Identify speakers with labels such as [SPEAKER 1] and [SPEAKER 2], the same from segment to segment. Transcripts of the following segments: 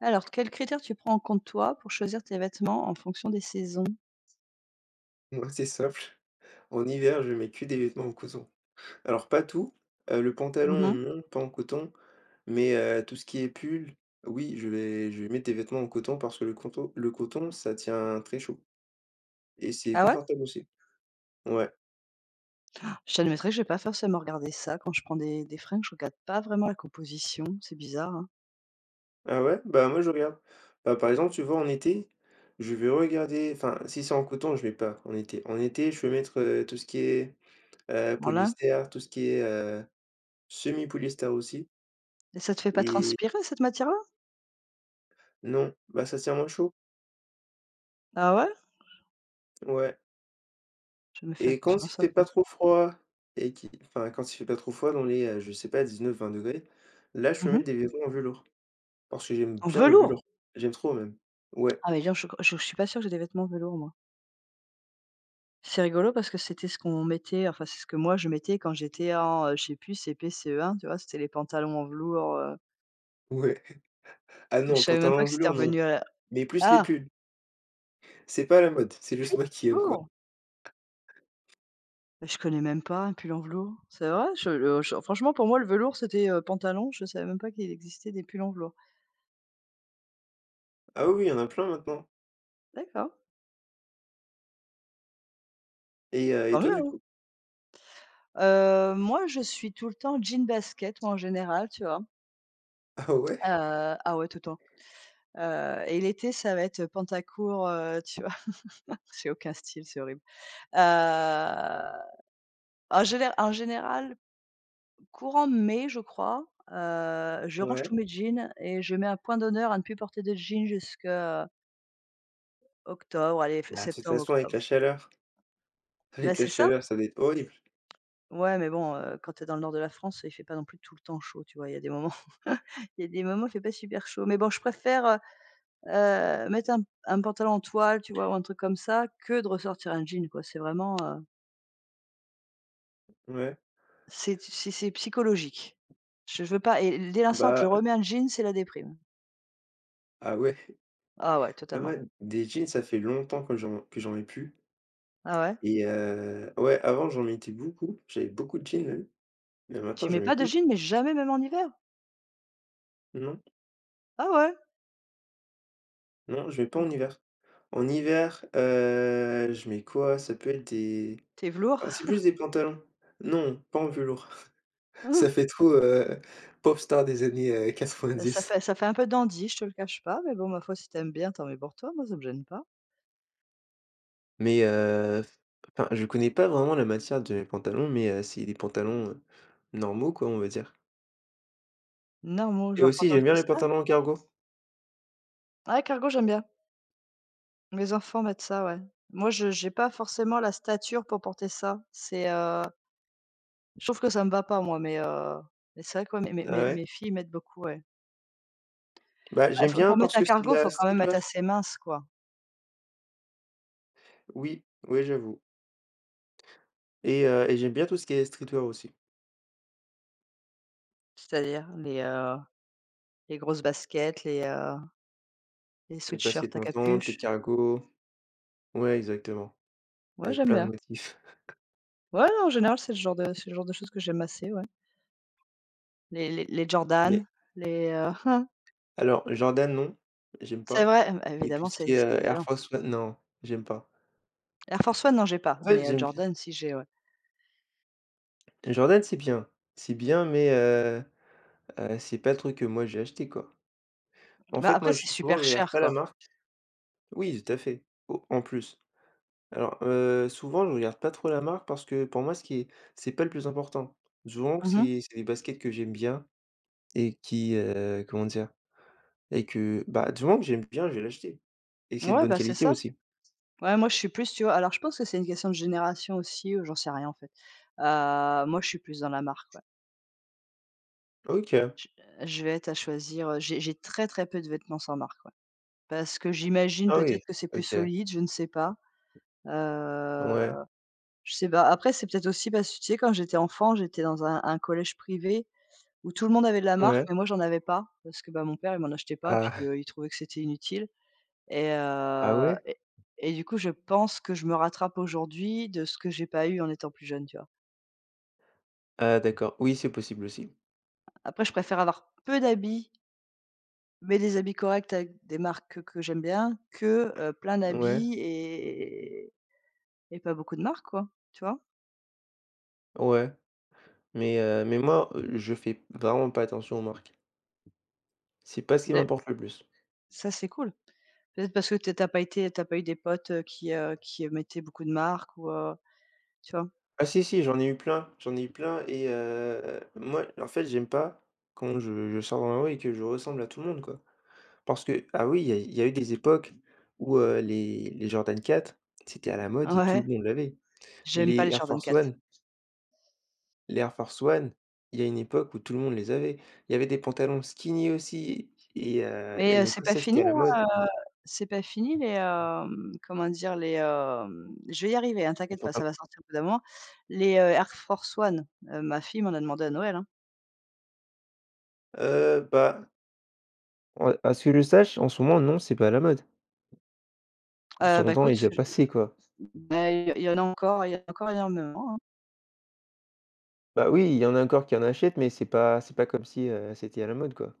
[SPEAKER 1] Alors, quels critères tu prends en compte, toi, pour choisir tes vêtements en fonction des saisons?
[SPEAKER 2] Moi, c'est simple. En hiver, je mets que des vêtements en coton. Alors, pas tout, le
[SPEAKER 1] Mmh
[SPEAKER 2] pantalon,
[SPEAKER 1] mh.
[SPEAKER 2] non, pas en coton, mais tout ce qui est pull, oui, je vais mettre des vêtements en coton parce que le coton, ça tient très chaud et c'est
[SPEAKER 1] Ah ouais?
[SPEAKER 2] confortable aussi. Ouais.
[SPEAKER 1] Je t'admettrai que j'ai pas forcément regardé ça quand je prends des fringues, je regarde pas vraiment la composition, c'est bizarre, hein.
[SPEAKER 2] Ah ouais? Bah, moi, je regarde. Bah, par exemple, tu vois, en été, je vais regarder enfin, si c'est en coton, je mets pas en été. En été, je vais mettre, tout ce qui est,
[SPEAKER 1] Voilà,
[SPEAKER 2] polyester, tout ce qui est, semi-polyester aussi
[SPEAKER 1] et ça te fait pas
[SPEAKER 2] et
[SPEAKER 1] transpirer cette matière-là?
[SPEAKER 2] non, bah, ça tient moins chaud.
[SPEAKER 1] Ah ouais?
[SPEAKER 2] Ouais.
[SPEAKER 1] Je me fais
[SPEAKER 2] Et
[SPEAKER 1] attention à
[SPEAKER 2] quand il
[SPEAKER 1] ça,
[SPEAKER 2] fait
[SPEAKER 1] tu
[SPEAKER 2] pas
[SPEAKER 1] vois?
[SPEAKER 2] trop froid quand il fait pas trop froid dans les, je sais pas 19, 20 degrés, là, je peux
[SPEAKER 1] Mmh.
[SPEAKER 2] mettre des vêtements en velours parce que j'aime
[SPEAKER 1] En
[SPEAKER 2] bien le
[SPEAKER 1] velours?
[SPEAKER 2] velours. J'aime trop même. Ouais,
[SPEAKER 1] Ah mais non, donc, je suis pas sûre que j'ai des vêtements velours, moi. C'est rigolo parce que c'était ce qu'on mettait, enfin, c'est ce que moi je mettais quand j'étais en, je sais plus, CP, CE1, tu vois? C'était les pantalons en velours,
[SPEAKER 2] ouais. Ah
[SPEAKER 1] mais je
[SPEAKER 2] non,
[SPEAKER 1] savais même
[SPEAKER 2] pantalon
[SPEAKER 1] pas
[SPEAKER 2] en
[SPEAKER 1] que c'était
[SPEAKER 2] velours, non,
[SPEAKER 1] revenu à la
[SPEAKER 2] mais plus les
[SPEAKER 1] ah!
[SPEAKER 2] pulls. C'est pas la
[SPEAKER 1] Les
[SPEAKER 2] mode, c'est
[SPEAKER 1] pulls
[SPEAKER 2] juste moi qui
[SPEAKER 1] en
[SPEAKER 2] aime, quoi.
[SPEAKER 1] velours? Bah, je connais même pas un pull en velours. C'est vrai? Je franchement, pour moi, le velours, c'était, pantalon. Je savais même pas qu'il existait des pulls en velours.
[SPEAKER 2] Ah oui, oui, il y en a plein maintenant
[SPEAKER 1] D'accord.
[SPEAKER 2] et
[SPEAKER 1] Bah,
[SPEAKER 2] heu et
[SPEAKER 1] tant mieux,
[SPEAKER 2] toi, du
[SPEAKER 1] hein.
[SPEAKER 2] coup?
[SPEAKER 1] Moi, je suis tout le temps jean basket, moi, en général, tu vois?
[SPEAKER 2] Ah ouais?
[SPEAKER 1] Ah ouais, tout le temps. Et l'été, ça va être, pantacourt, tu vois? J'ai aucun style, c'est horrible. Heu, en général, courant mai, je crois, je range
[SPEAKER 2] Ouais.
[SPEAKER 1] tous mes jeans et je mets un point d'honneur à ne plus porter de jeans jusqu'à octobre, allez, f
[SPEAKER 2] Bah, de toute façon, avec
[SPEAKER 1] septembre-octobre.
[SPEAKER 2] la chaleur
[SPEAKER 1] Bah,
[SPEAKER 2] avec la
[SPEAKER 1] c'est ça.
[SPEAKER 2] chaleur, ça doit être horrible.
[SPEAKER 1] Ouais, mais bon, quand tu es dans le nord de la France, il fait pas non plus tout le temps chaud, tu vois? Il y a des moments il y a des moments où il fait pas super chaud. Mais bon, je préfère, mettre un pantalon en toile, tu vois? Ou un truc comme ça, que de ressortir un jean, quoi. C'est vraiment,
[SPEAKER 2] Ouais.
[SPEAKER 1] c'est psychologique. Je veux pas et dès
[SPEAKER 2] Ah
[SPEAKER 1] l'instant que je
[SPEAKER 2] bah
[SPEAKER 1] remets un jean, c'est la déprime.
[SPEAKER 2] ah ouais.
[SPEAKER 1] Ah ouais,
[SPEAKER 2] Ah
[SPEAKER 1] totalement.
[SPEAKER 2] ouais, des jeans, ça fait longtemps que j'en mets plus.
[SPEAKER 1] Ah ouais?
[SPEAKER 2] Et ouais, avant j'en mettais beaucoup, j'avais beaucoup de jeans même, mais maintenant
[SPEAKER 1] Tu mets
[SPEAKER 2] j'en mets
[SPEAKER 1] pas de
[SPEAKER 2] plus.
[SPEAKER 1] jean, mais jamais, même en hiver?
[SPEAKER 2] Non,
[SPEAKER 1] Ah ouais?
[SPEAKER 2] non, je mets
[SPEAKER 1] Bah,
[SPEAKER 2] pas
[SPEAKER 1] écoute,
[SPEAKER 2] en hiver. En hiver, je mets quoi? Ça peut être des
[SPEAKER 1] tu
[SPEAKER 2] enfin,
[SPEAKER 1] velours.
[SPEAKER 2] c'est plus des pantalons. Non, pas en velours. Ça fait trop, pop star des années, quatre
[SPEAKER 1] Ça
[SPEAKER 2] dix.
[SPEAKER 1] fait ça fait un peu dandy, je te le cache pas, mais bon, ma foi, si t'aimes bien, tant mieux pour toi. Moi, ça me gêne pas.
[SPEAKER 2] Mais enfin, je connais pas vraiment la matière de mes pantalons, mais c'est des pantalons, normaux quoi, on va dire.
[SPEAKER 1] Normaux,
[SPEAKER 2] Et
[SPEAKER 1] genre
[SPEAKER 2] aussi
[SPEAKER 1] pantalon de
[SPEAKER 2] j'aime bien les
[SPEAKER 1] costard?
[SPEAKER 2] pantalons en cargo.
[SPEAKER 1] Ouais, cargo, j'aime bien. Mes enfants mettent ça, ouais. Moi, je j'ai pas forcément la stature pour porter ça. C'est, je trouve que ça me va pas moi, mais c'est vrai que, ouais, mes mes
[SPEAKER 2] Ah
[SPEAKER 1] mes
[SPEAKER 2] ouais?
[SPEAKER 1] mes filles mettent beaucoup, ouais.
[SPEAKER 2] Bah,
[SPEAKER 1] Bah,
[SPEAKER 2] j'aime
[SPEAKER 1] faut
[SPEAKER 2] bien
[SPEAKER 1] pour mettre
[SPEAKER 2] parce
[SPEAKER 1] un
[SPEAKER 2] que c'est de
[SPEAKER 1] cargo,
[SPEAKER 2] la
[SPEAKER 1] faut quand même être
[SPEAKER 2] streetwear.
[SPEAKER 1] assez mince, quoi.
[SPEAKER 2] Oui, oui, j'avoue. Et j'aime bien tout ce qui est streetwear aussi.
[SPEAKER 1] C'est-à-dire les grosses baskets, les
[SPEAKER 2] Les
[SPEAKER 1] sweatshirts
[SPEAKER 2] baskets
[SPEAKER 1] à
[SPEAKER 2] montantes, les
[SPEAKER 1] capuche.
[SPEAKER 2] cargos. Ouais, exactement,
[SPEAKER 1] Ouais,
[SPEAKER 2] avec
[SPEAKER 1] j'aime
[SPEAKER 2] plein de
[SPEAKER 1] bien.
[SPEAKER 2] motifs.
[SPEAKER 1] Ouais, non, en général, c'est le genre de choses que j'aime assez, ouais. Les Jordan,
[SPEAKER 2] Mais
[SPEAKER 1] les, heu
[SPEAKER 2] alors Jordan, non, j'aime
[SPEAKER 1] c'est
[SPEAKER 2] pas
[SPEAKER 1] vrai,
[SPEAKER 2] et tout
[SPEAKER 1] évidemment,
[SPEAKER 2] ce
[SPEAKER 1] c'est
[SPEAKER 2] qui est,
[SPEAKER 1] c'est
[SPEAKER 2] Air Force One, non, j'aime pas.
[SPEAKER 1] Air Force One, non, j'ai pas,
[SPEAKER 2] En fait,
[SPEAKER 1] mais
[SPEAKER 2] j'aime bien
[SPEAKER 1] Jordan, si, j'ai, ouais.
[SPEAKER 2] Jordan, c'est bien. C'est bien, mais c'est pas le truc que moi j'ai acheté, quoi. En
[SPEAKER 1] Bah,
[SPEAKER 2] fait,
[SPEAKER 1] après,
[SPEAKER 2] moi, je
[SPEAKER 1] c'est
[SPEAKER 2] souvent,
[SPEAKER 1] super
[SPEAKER 2] je regarde
[SPEAKER 1] cher,
[SPEAKER 2] pas la
[SPEAKER 1] quoi.
[SPEAKER 2] marque. Oui, tout à fait, au en plus. Alors, souvent, je regarde pas trop la marque parce que pour moi, ce qui est c'est pas le plus important. Souvent,
[SPEAKER 1] Mmh.
[SPEAKER 2] c'est des baskets que j'aime bien. Et qui, comment dire? Et que, bah, du moment que j'aime bien, je vais l'acheter et que c'est de
[SPEAKER 1] Ouais,
[SPEAKER 2] bonne
[SPEAKER 1] bah, c'est
[SPEAKER 2] qualité
[SPEAKER 1] ça.
[SPEAKER 2] aussi.
[SPEAKER 1] Ouais, moi, je suis plus, tu vois? Alors, je pense que c'est une question de génération aussi, ou j'en sais rien, en fait. Moi, je suis plus dans la marque, ouais.
[SPEAKER 2] OK.
[SPEAKER 1] Je je vais être à choisir, j'ai très, très peu de vêtements sans marque, ouais. Parce que j'imagine
[SPEAKER 2] Ah oui,
[SPEAKER 1] peut-être que c'est plus
[SPEAKER 2] OK.
[SPEAKER 1] solide, je ne sais pas.
[SPEAKER 2] Ouais,
[SPEAKER 1] Heu, je sais pas. Après, c'est peut-être aussi parce que, tu sais, quand j'étais enfant, j'étais dans un collège privé où tout le monde avait de la marque,
[SPEAKER 2] ouais.
[SPEAKER 1] mais moi, j'en avais pas parce que, bah, mon père, il m'en achetait pas, puis,
[SPEAKER 2] Ah,
[SPEAKER 1] il trouvait que c'était inutile. Et
[SPEAKER 2] ah
[SPEAKER 1] heu
[SPEAKER 2] ouais?
[SPEAKER 1] et et du coup, je pense que je me rattrape aujourd'hui de ce que j'ai pas eu en étant plus jeune, tu vois?
[SPEAKER 2] Ah d'accord. Oui, c'est possible aussi.
[SPEAKER 1] Après, je préfère avoir peu d'habits, mais des habits corrects avec des marques que j'aime bien que, plein
[SPEAKER 2] Ouais,
[SPEAKER 1] d'habits et pas beaucoup de marques, quoi, tu vois?
[SPEAKER 2] ouais. Mais moi, je fais vraiment pas attention aux marques. C'est pas ce qui
[SPEAKER 1] Mais
[SPEAKER 2] m'importe le plus.
[SPEAKER 1] ça, c'est cool. Peut-être parce que tu es pas été t'as pas eu des potes, qui, mettaient beaucoup de marques ou, tu vois?
[SPEAKER 2] Ah si, si, j'en ai eu plein, j'en ai eu plein et moi, en fait, j'aime pas quand je sors dans la rue et que je ressemble à tout le monde, quoi. Parce que ah oui, il y a eu des époques où, les Jordan 4 c'était à la mode et tout le
[SPEAKER 1] Ouais,
[SPEAKER 2] monde l'avait.
[SPEAKER 1] j'aime pas
[SPEAKER 2] Les
[SPEAKER 1] les
[SPEAKER 2] Air
[SPEAKER 1] Jordan
[SPEAKER 2] Force
[SPEAKER 1] 4.
[SPEAKER 2] One les Air Force One il y a une époque où tout le monde les avait. Il y avait des pantalons skinny aussi et à
[SPEAKER 1] Mais
[SPEAKER 2] une
[SPEAKER 1] c'est
[SPEAKER 2] époque,
[SPEAKER 1] pas
[SPEAKER 2] ça, c'était
[SPEAKER 1] fini,
[SPEAKER 2] à la mode,
[SPEAKER 1] hein, heu, c'est pas fini les, comment dire? Les, hem je vais y arriver, hein,
[SPEAKER 2] les
[SPEAKER 1] t'inquiète pas, ça
[SPEAKER 2] pantalons
[SPEAKER 1] va sortir au bout d'un moment. Les, Air Force One, ma fille m'en a demandé à Noël, hein.
[SPEAKER 2] bah, en à ce que je sache, en ce moment, non, c'est pas à la mode.
[SPEAKER 1] Bah,
[SPEAKER 2] Son temps est
[SPEAKER 1] écoute,
[SPEAKER 2] déjà
[SPEAKER 1] je
[SPEAKER 2] passé, quoi.
[SPEAKER 1] bah, il y en a encore il y en a encore énormément, hein.
[SPEAKER 2] Bah oui, il y en a encore qui en achètent, mais c'est pas comme si, c'était à la mode, quoi.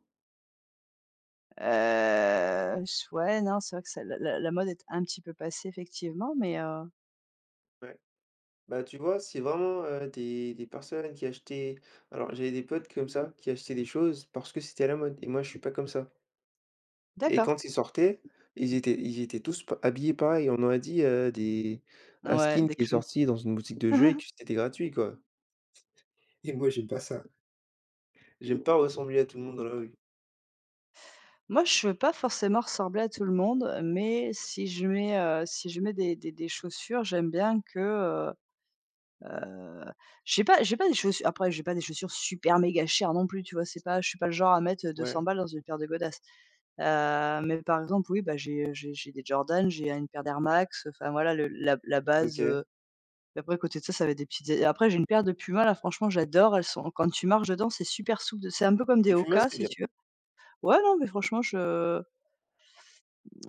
[SPEAKER 1] Ch ouais, non, c'est vrai que ça la la la mode est un petit peu passée effectivement, mais
[SPEAKER 2] Bah, tu vois, c'est vraiment, des personnes qui achetaient alors j'avais des potes comme ça, qui achetaient des choses parce que c'était à la mode et moi je suis pas comme ça et
[SPEAKER 1] d'accord.
[SPEAKER 2] quand ils sortaient, ils étaient tous p habillés pareil. On aurait dit, des un
[SPEAKER 1] Ouais,
[SPEAKER 2] skin
[SPEAKER 1] des
[SPEAKER 2] qui est
[SPEAKER 1] clowns.
[SPEAKER 2] sorti dans une boutique de jeux et que c'était gratuit, quoi et moi j'aime pas ça. J'aime pas ressembler à tout le monde dans la rue.
[SPEAKER 1] Moi, je veux pas forcément ressembler à tout le monde, mais si je mets des chaussures, j'aime bien que, Heu, j'ai pas des chaussures après j'ai pas des chaussures super méga chères non plus, tu vois? C'est pas je suis pas le genre à mettre, deux
[SPEAKER 2] Ouais,
[SPEAKER 1] cents balles dans une paire de godasses. Mais par exemple, oui, bah, j'ai des Jordan, j'ai une paire d'Air Max, enfin voilà le la la base,
[SPEAKER 2] OK
[SPEAKER 1] et après à côté de ça, ça va être des petites é après j'ai une paire de Puma là, franchement j'adore, elles sont quand tu marches dedans, c'est super souple, c'est un peu comme des
[SPEAKER 2] et puis moi
[SPEAKER 1] Hoka
[SPEAKER 2] c'est
[SPEAKER 1] si
[SPEAKER 2] bien,
[SPEAKER 1] tu veux. Ouais, non mais franchement je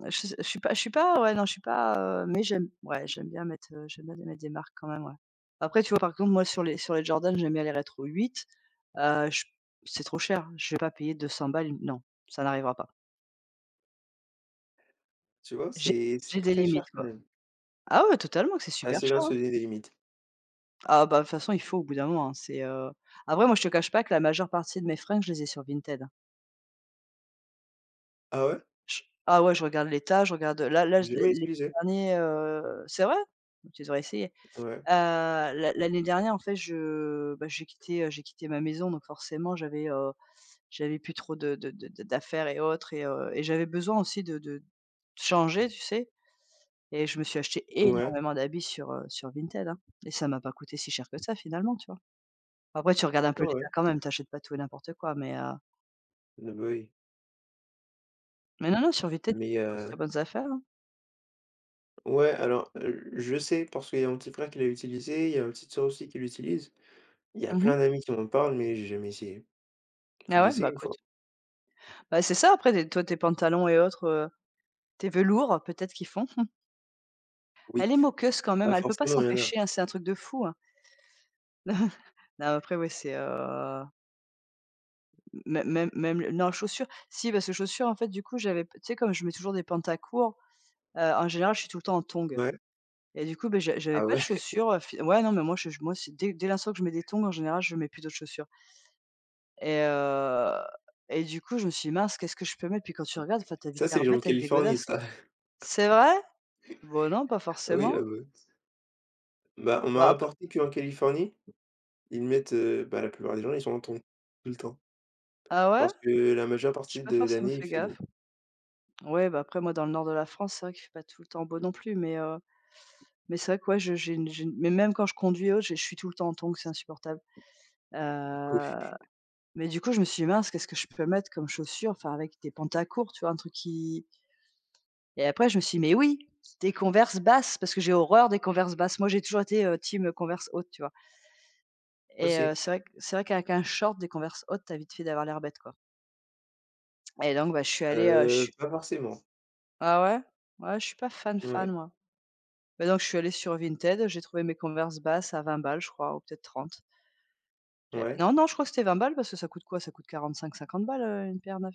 [SPEAKER 1] je je suis pas je suis pas ouais, non, je suis pas, mais j'aime, ouais, j'aime bien mettre des marques quand même, ouais. Après, tu vois, par exemple, moi, sur les Jordan, j'aime bien les rétro 8, je c'est trop cher. Je vais pas payer 200 balles, non, ça n'arrivera pas.
[SPEAKER 2] tu vois?
[SPEAKER 1] J'ai
[SPEAKER 2] C'est
[SPEAKER 1] j'ai des
[SPEAKER 2] très cher
[SPEAKER 1] limites,
[SPEAKER 2] quand
[SPEAKER 1] quoi.
[SPEAKER 2] même.
[SPEAKER 1] Ah ouais, totalement, que c'est
[SPEAKER 2] Ah,
[SPEAKER 1] super
[SPEAKER 2] c'est bien
[SPEAKER 1] cher,
[SPEAKER 2] de
[SPEAKER 1] hein.
[SPEAKER 2] se donner des limites.
[SPEAKER 1] Ah bah, de toute façon, il faut au bout d'un moment, hein, après moi, je te cache pas que la majeure partie de mes fringues, je les ai sur Vinted, hein.
[SPEAKER 2] Ah ouais?
[SPEAKER 1] Je Ah ouais, je regarde l'état, je regarde, là, je
[SPEAKER 2] J'ai
[SPEAKER 1] les
[SPEAKER 2] jamais
[SPEAKER 1] les
[SPEAKER 2] utilisé.
[SPEAKER 1] derniers, c'est vrai? Bon, tu devrais essayer.
[SPEAKER 2] Ouais,
[SPEAKER 1] L'année dernière, en fait, je bah, j'ai quitté ma maison, donc forcément j'avais plus trop de d'affaires et autres et j'avais besoin aussi de changer, tu sais? Et je me suis acheté
[SPEAKER 2] ouais, ouais,
[SPEAKER 1] énormément d'habits sur Vinted, hein, et ça m'a pas coûté si cher que ça finalement, tu vois? Après tu regardes un peu l'état
[SPEAKER 2] ouais.
[SPEAKER 1] quand même, t'achètes pas tout et n'importe quoi,
[SPEAKER 2] Ah bah oui
[SPEAKER 1] mais non, non, sur Vinted,
[SPEAKER 2] mais
[SPEAKER 1] tu trouves de très bonnes affaires, hein.
[SPEAKER 2] ouais, alors, je sais parce qu'il y a mon petit frère qui l'a utilisé, il y a ma petite sœur aussi qui l'utilise. Il y a
[SPEAKER 1] Mmh.
[SPEAKER 2] plein d'amis qui m'en parlent, mais j'ai jamais essayé. Il faut que
[SPEAKER 1] Ah ouais?
[SPEAKER 2] j'essaye
[SPEAKER 1] Bah,
[SPEAKER 2] une
[SPEAKER 1] écoute.
[SPEAKER 2] fois.
[SPEAKER 1] Bah, c'est ça après des toi tes pantalons et autres, tes velours peut-être qu'ils font.
[SPEAKER 2] Oui.
[SPEAKER 1] Elle est moqueuse quand même,
[SPEAKER 2] Ah
[SPEAKER 1] elle peut pas
[SPEAKER 2] forcément, il y en a.
[SPEAKER 1] s'empêcher, hein, c'est un truc de fou, hein. Non, après ouais, c'est, mê même même le non, chaussures, si parce que chaussures, en fait, du coup, j'avais tu sais, comme je mets toujours des pantacours, en général, je suis tout le temps en tongs
[SPEAKER 2] Ouais.
[SPEAKER 1] et du coup, beh, j'avais
[SPEAKER 2] Ah
[SPEAKER 1] pas de
[SPEAKER 2] ouais,
[SPEAKER 1] chaussures, fi ouais, non, mais moi, moi, c'est dès l'instant que je mets des tongs, en général, je mets plus d'autres chaussures et heu et du coup, je me suis dit: «Mince, qu'est-ce que je peux mettre?» puis quand tu regardes, enfin, t'as vite
[SPEAKER 2] ça c'est
[SPEAKER 1] l'air
[SPEAKER 2] les gens de
[SPEAKER 1] bête avec des
[SPEAKER 2] Californie
[SPEAKER 1] godasses.
[SPEAKER 2] ça.
[SPEAKER 1] C'est vrai? Bon, non, pas
[SPEAKER 2] Oui, ah
[SPEAKER 1] forcément.
[SPEAKER 2] ouais. Bah, on
[SPEAKER 1] Bon
[SPEAKER 2] m'a
[SPEAKER 1] après
[SPEAKER 2] apporté qu'en Californie, ils mettent, bah, la plupart des gens, ils sont en tongs, tout le temps.
[SPEAKER 1] Ah ouais?
[SPEAKER 2] Parce que la majeure
[SPEAKER 1] J'ai
[SPEAKER 2] partie
[SPEAKER 1] pas
[SPEAKER 2] de
[SPEAKER 1] forcément
[SPEAKER 2] l'année, il
[SPEAKER 1] fait
[SPEAKER 2] fait beau.
[SPEAKER 1] gaffe. Ouais, bah, après moi dans le nord de la France, c'est vrai qu'il fait pas tout le temps beau non plus, mais c'est vrai que, ouais, je j'ai une mais même quand je conduis et autres, j'ai je suis tout le temps en tongs, c'est insupportable. Heu,
[SPEAKER 2] Oui,
[SPEAKER 1] mais du coup, je me suis dit: «Mince, qu'est-ce que je peux mettre comme chaussures?» enfin avec des pantacourts, tu vois? Un truc qui et après je me suis dit: «Mais oui, des Converse basses!» parce que j'ai horreur des Converse basses. Moi, j'ai toujours été, team, Converse haute, tu vois? Et
[SPEAKER 2] aussi.
[SPEAKER 1] c'est vrai qu'avec un short, des Converse hautes, t'as vite fait d'avoir l'air bête, quoi. Et donc bah, je suis allée, je suis
[SPEAKER 2] Pas forcément.
[SPEAKER 1] ah ouais? Ouais, je suis pas fan fan,
[SPEAKER 2] Ouais,
[SPEAKER 1] moi. Bah, donc je suis allée sur Vinted, j'ai trouvé mes Converse basses à 20 balles, je crois, ou peut-être 30. Et
[SPEAKER 2] ouais.
[SPEAKER 1] non, non, je crois que c'était 20 balles parce que ça coûte quoi? Ça coûte 45-50 balles, une paire neuve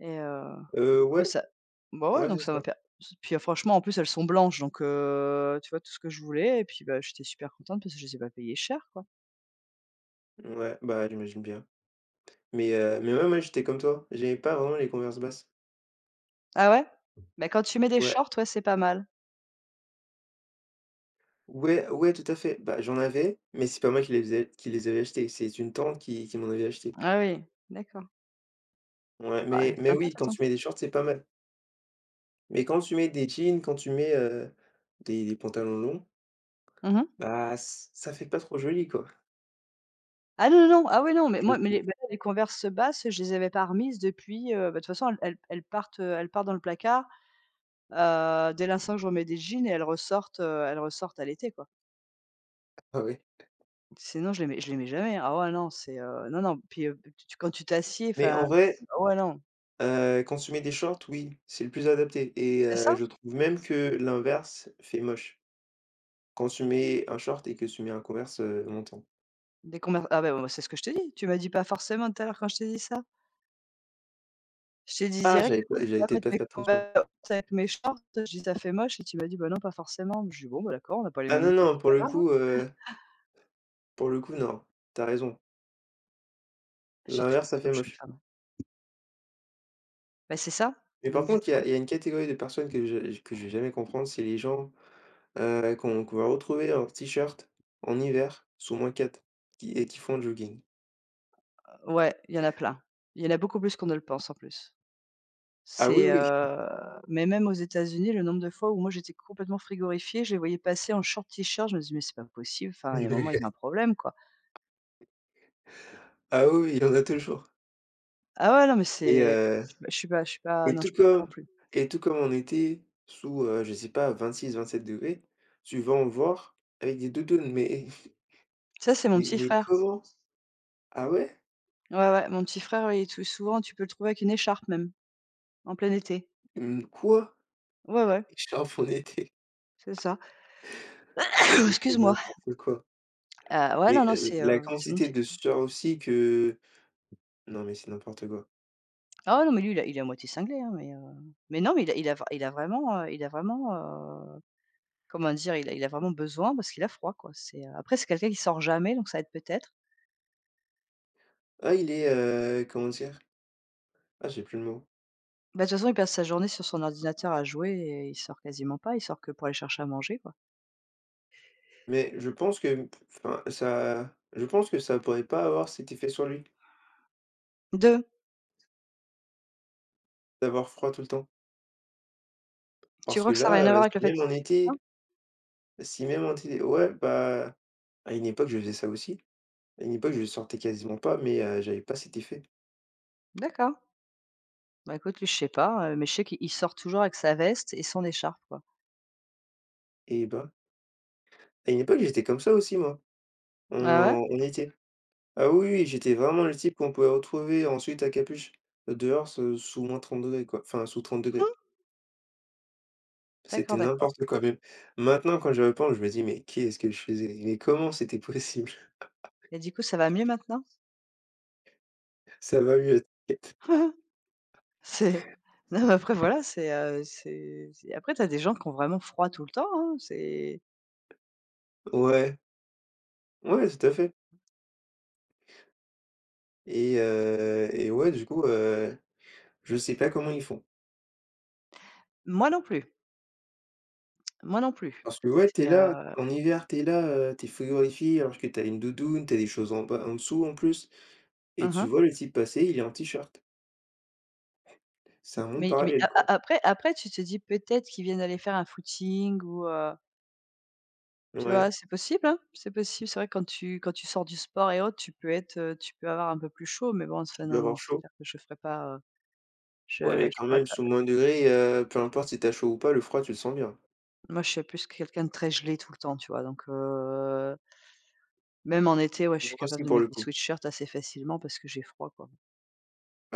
[SPEAKER 1] et heu et du coup, bah,
[SPEAKER 2] Ouais,
[SPEAKER 1] ouais,
[SPEAKER 2] ouais, c'est
[SPEAKER 1] donc ça m'a
[SPEAKER 2] ça.
[SPEAKER 1] per puis, franchement, en plus, elles sont blanches donc tu vois, tout ce que je voulais et puis, bah, j'étais super contente parce que je les ai pas payées cher, quoi.
[SPEAKER 2] Ouais, bah, j'imagine bien. Mais ouais, moi, j'étais comme toi, j'aimais pas vraiment les Converse basses.
[SPEAKER 1] Ah ouais? Bah, quand tu mets des
[SPEAKER 2] Ouais,
[SPEAKER 1] shorts, ouais, c'est pas mal.
[SPEAKER 2] ouais, ouais, tout à fait. Bah, j'en avais, mais c'est pas moi qui les avais achetées, c'est une tante qui m'en avait acheté.
[SPEAKER 1] Ah oui, d'accord.
[SPEAKER 2] Ouais,
[SPEAKER 1] Ah,
[SPEAKER 2] mais
[SPEAKER 1] sympa
[SPEAKER 2] oui,
[SPEAKER 1] ta
[SPEAKER 2] quand
[SPEAKER 1] tante.
[SPEAKER 2] tu mets des shorts, c'est pas mal. Mais quand tu mets des jeans, quand tu mets, des pantalons longs,
[SPEAKER 1] Mmh.
[SPEAKER 2] bah, ç ça fait pas trop joli, quoi,
[SPEAKER 1] Ah non, non, non, ah oui, non, mais
[SPEAKER 2] je
[SPEAKER 1] moi mais
[SPEAKER 2] trouve.
[SPEAKER 1] les bah, les Converse basses, je les avais pas remises depuis, bah, de toute façon elles partent, elles partent dans le placard, dès l'instant que je remets des jeans et elles ressortent à l'été, quoi.
[SPEAKER 2] Ah ouais.
[SPEAKER 1] Sinon je les mets jamais, hein. Ah ouais, non, c'est, non, non, puis, tu tu quand tu t'assieds,
[SPEAKER 2] Mais
[SPEAKER 1] enfin,
[SPEAKER 2] en vrai,
[SPEAKER 1] ah ouais, non.
[SPEAKER 2] quand tu mets des shorts, oui, c'est le plus adapté et
[SPEAKER 1] C'est ça?
[SPEAKER 2] je trouve même que l'inverse fait moche. Quand tu mets un short et que tu mets un Converse, montant.
[SPEAKER 1] Des Converse, ah ben ouais, c'est ce que je t'ai dit. Tu m'as dit pas forcément tout à l'heure quand je t'ai dit ça. Je t'ai dit direct: «Je
[SPEAKER 2] J'avais
[SPEAKER 1] vais pas
[SPEAKER 2] peut-être
[SPEAKER 1] mettre
[SPEAKER 2] pas
[SPEAKER 1] mes
[SPEAKER 2] fait attention.
[SPEAKER 1] Converse avec mes shorts», je dis: «Ça fait moche» et tu m'as dit: «Bah non, pas forcément». Je dis: «Bon, bah d'accord, on n'a pas les
[SPEAKER 2] Ah
[SPEAKER 1] mêmes
[SPEAKER 2] non,
[SPEAKER 1] goûts,
[SPEAKER 2] non,
[SPEAKER 1] c'est pas grave, hein».
[SPEAKER 2] pour le coup, non, tu as raison.
[SPEAKER 1] J'ai toujours
[SPEAKER 2] L'inverse, ça
[SPEAKER 1] raison,
[SPEAKER 2] fait
[SPEAKER 1] je suis une
[SPEAKER 2] moche.
[SPEAKER 1] femme. Bah, c'est ça.
[SPEAKER 2] Mais
[SPEAKER 1] Donc
[SPEAKER 2] par
[SPEAKER 1] du
[SPEAKER 2] contre,
[SPEAKER 1] coup,
[SPEAKER 2] il y a une catégorie de personnes que je vais jamais comprendre, c'est les gens, qu'on va retrouver en t-shirt en hiver sous -4 qui font du jogging.
[SPEAKER 1] ouais, il y en a plein. Il y en a beaucoup plus qu'on ne le pense en plus.
[SPEAKER 2] Ah oui,
[SPEAKER 1] C'est,
[SPEAKER 2] oui.
[SPEAKER 1] heu mais même aux États-Unis, le nombre de fois où moi j'étais complètement frigorifiée, je les voyais passer en short t-shirt, je me dis: «Mais c'est pas possible, enfin il y a un moment ils ont un problème quoi».
[SPEAKER 2] Ah oui, oui, il y en a toujours
[SPEAKER 1] Ah ouais, non mais
[SPEAKER 2] et
[SPEAKER 1] c'est
[SPEAKER 2] heu
[SPEAKER 1] je suis pas je suis pas je suis pas
[SPEAKER 2] et
[SPEAKER 1] non je
[SPEAKER 2] tout
[SPEAKER 1] peux pas non
[SPEAKER 2] comme
[SPEAKER 1] plus.
[SPEAKER 2] et tout comme en été sous, je sais pas 26, 27 degrés tu vas en voir avec des doudounes
[SPEAKER 1] Ça c'est mon petit
[SPEAKER 2] mais
[SPEAKER 1] frère.
[SPEAKER 2] comment? Ah ouais?
[SPEAKER 1] Ouais, ouais, mon petit frère, il est tout souvent tu peux le trouver avec une écharpe même, en plein été.
[SPEAKER 2] Mmh, quoi?
[SPEAKER 1] Ouais, ouais,
[SPEAKER 2] Écharpe en été,
[SPEAKER 1] c'est ça.
[SPEAKER 2] mais
[SPEAKER 1] Excuse
[SPEAKER 2] c'est
[SPEAKER 1] moi.
[SPEAKER 2] n'importe quoi.
[SPEAKER 1] Ouais, non,
[SPEAKER 2] Mais,
[SPEAKER 1] non,
[SPEAKER 2] la
[SPEAKER 1] c'est mon
[SPEAKER 2] quantité
[SPEAKER 1] petit
[SPEAKER 2] de sueur aussi que non, mais c'est n'importe quoi.
[SPEAKER 1] Ah ouais, non, mais lui, il est à moitié cinglé, hein, mais non, mais il a vr il a vraiment, heu, comment dire? Il a vraiment besoin parce qu'il a froid, quoi. C'est, après, c'est quelqu'un qui sort jamais, donc ça aide peut-être.
[SPEAKER 2] Ah, il est, comment dire? Ah, j'ai plus le mot.
[SPEAKER 1] Bah, de toute façon, il passe sa journée sur son ordinateur à jouer et il sort quasiment pas. Il sort que pour aller chercher à manger, quoi.
[SPEAKER 2] Mais je pense que enfin, ça je pense que ça pourrait pas avoir cet effet sur lui,
[SPEAKER 1] 2,
[SPEAKER 2] d'avoir froid tout le temps.
[SPEAKER 1] tu
[SPEAKER 2] Parce
[SPEAKER 1] crois
[SPEAKER 2] que
[SPEAKER 1] que ça a rien
[SPEAKER 2] là,
[SPEAKER 1] à voir avec le
[SPEAKER 2] si
[SPEAKER 1] fait
[SPEAKER 2] même
[SPEAKER 1] qu'il,
[SPEAKER 2] en été
[SPEAKER 1] hein?
[SPEAKER 2] si même en été ouais, bah, à une époque, je faisais ça aussi. À une époque, je sortais quasiment pas, mais, j'avais pas cet effet.
[SPEAKER 1] D'accord. Bah, écoute, lui, je sais pas, mais je sais qu'il il sort toujours avec sa veste et son écharpe, quoi.
[SPEAKER 2] Et bah, à une époque, j'étais comme ça aussi moi, en
[SPEAKER 1] Ah ouais?
[SPEAKER 2] en été. Ah oui, oui, j'étais vraiment le type qu'on pouvait retrouver ensuite à capuche, dehors sous sous -30°, quoi, enfin sous 30 degrés.
[SPEAKER 1] Mmh. D'accord,
[SPEAKER 2] C'était
[SPEAKER 1] d'accord,
[SPEAKER 2] n'importe quoi même. Maintenant, quand je repense, je me dis: «Mais qu'est-ce que je faisais? Mais comment c'était possible?»
[SPEAKER 1] et du coup, ça va mieux maintenant?
[SPEAKER 2] Ça va mieux, t'inquiète.
[SPEAKER 1] C'est non mais après voilà, c'est, c'est après tu as des gens qui ont vraiment froid tout le temps, hein, c'est
[SPEAKER 2] Ouais, ouais, tout à fait et ouais, du coup, je sais pas comment ils font.
[SPEAKER 1] moi non plus, moi non plus.
[SPEAKER 2] Parce que ouais,
[SPEAKER 1] C'est,
[SPEAKER 2] t'es là,
[SPEAKER 1] heu
[SPEAKER 2] en hiver, t'es là, tu frigorifié alors que t'as une doudoune, t'as des choses en bas en dessous en plus et
[SPEAKER 1] mmh
[SPEAKER 2] tu
[SPEAKER 1] mh,
[SPEAKER 2] vois le type passer, il est en t-shirt. C'est un monde
[SPEAKER 1] mais a
[SPEAKER 2] parallèle, quoi.
[SPEAKER 1] a après après tu te dis peut-être qu'ils viennent aller faire un footing ou, tu vois?
[SPEAKER 2] Ouais,
[SPEAKER 1] C'est possible, hein, c'est possible. C'est vrai quand tu sors du sport et autres, tu peux être, tu peux avoir un peu plus chaud, mais bon, ça
[SPEAKER 2] tu dois
[SPEAKER 1] non, non,
[SPEAKER 2] avoir
[SPEAKER 1] c'est
[SPEAKER 2] chaud.
[SPEAKER 1] clair que je ferais pas,
[SPEAKER 2] Ouais,
[SPEAKER 1] je
[SPEAKER 2] mais
[SPEAKER 1] je
[SPEAKER 2] quand
[SPEAKER 1] pourrais
[SPEAKER 2] même,
[SPEAKER 1] pas.
[SPEAKER 2] sous moins degrés, peu importe si tu as chaud ou pas, le froid, tu le sens bien.
[SPEAKER 1] Moi, je suis plus quelqu'un de très gelé tout le temps, tu vois? Donc, heu. Même en été, ouais, je suis
[SPEAKER 2] Moi
[SPEAKER 1] capable
[SPEAKER 2] aussi,
[SPEAKER 1] de
[SPEAKER 2] pour
[SPEAKER 1] mettre
[SPEAKER 2] le
[SPEAKER 1] des
[SPEAKER 2] coup.
[SPEAKER 1] sweat-shirts assez facilement parce que j'ai froid, quoi.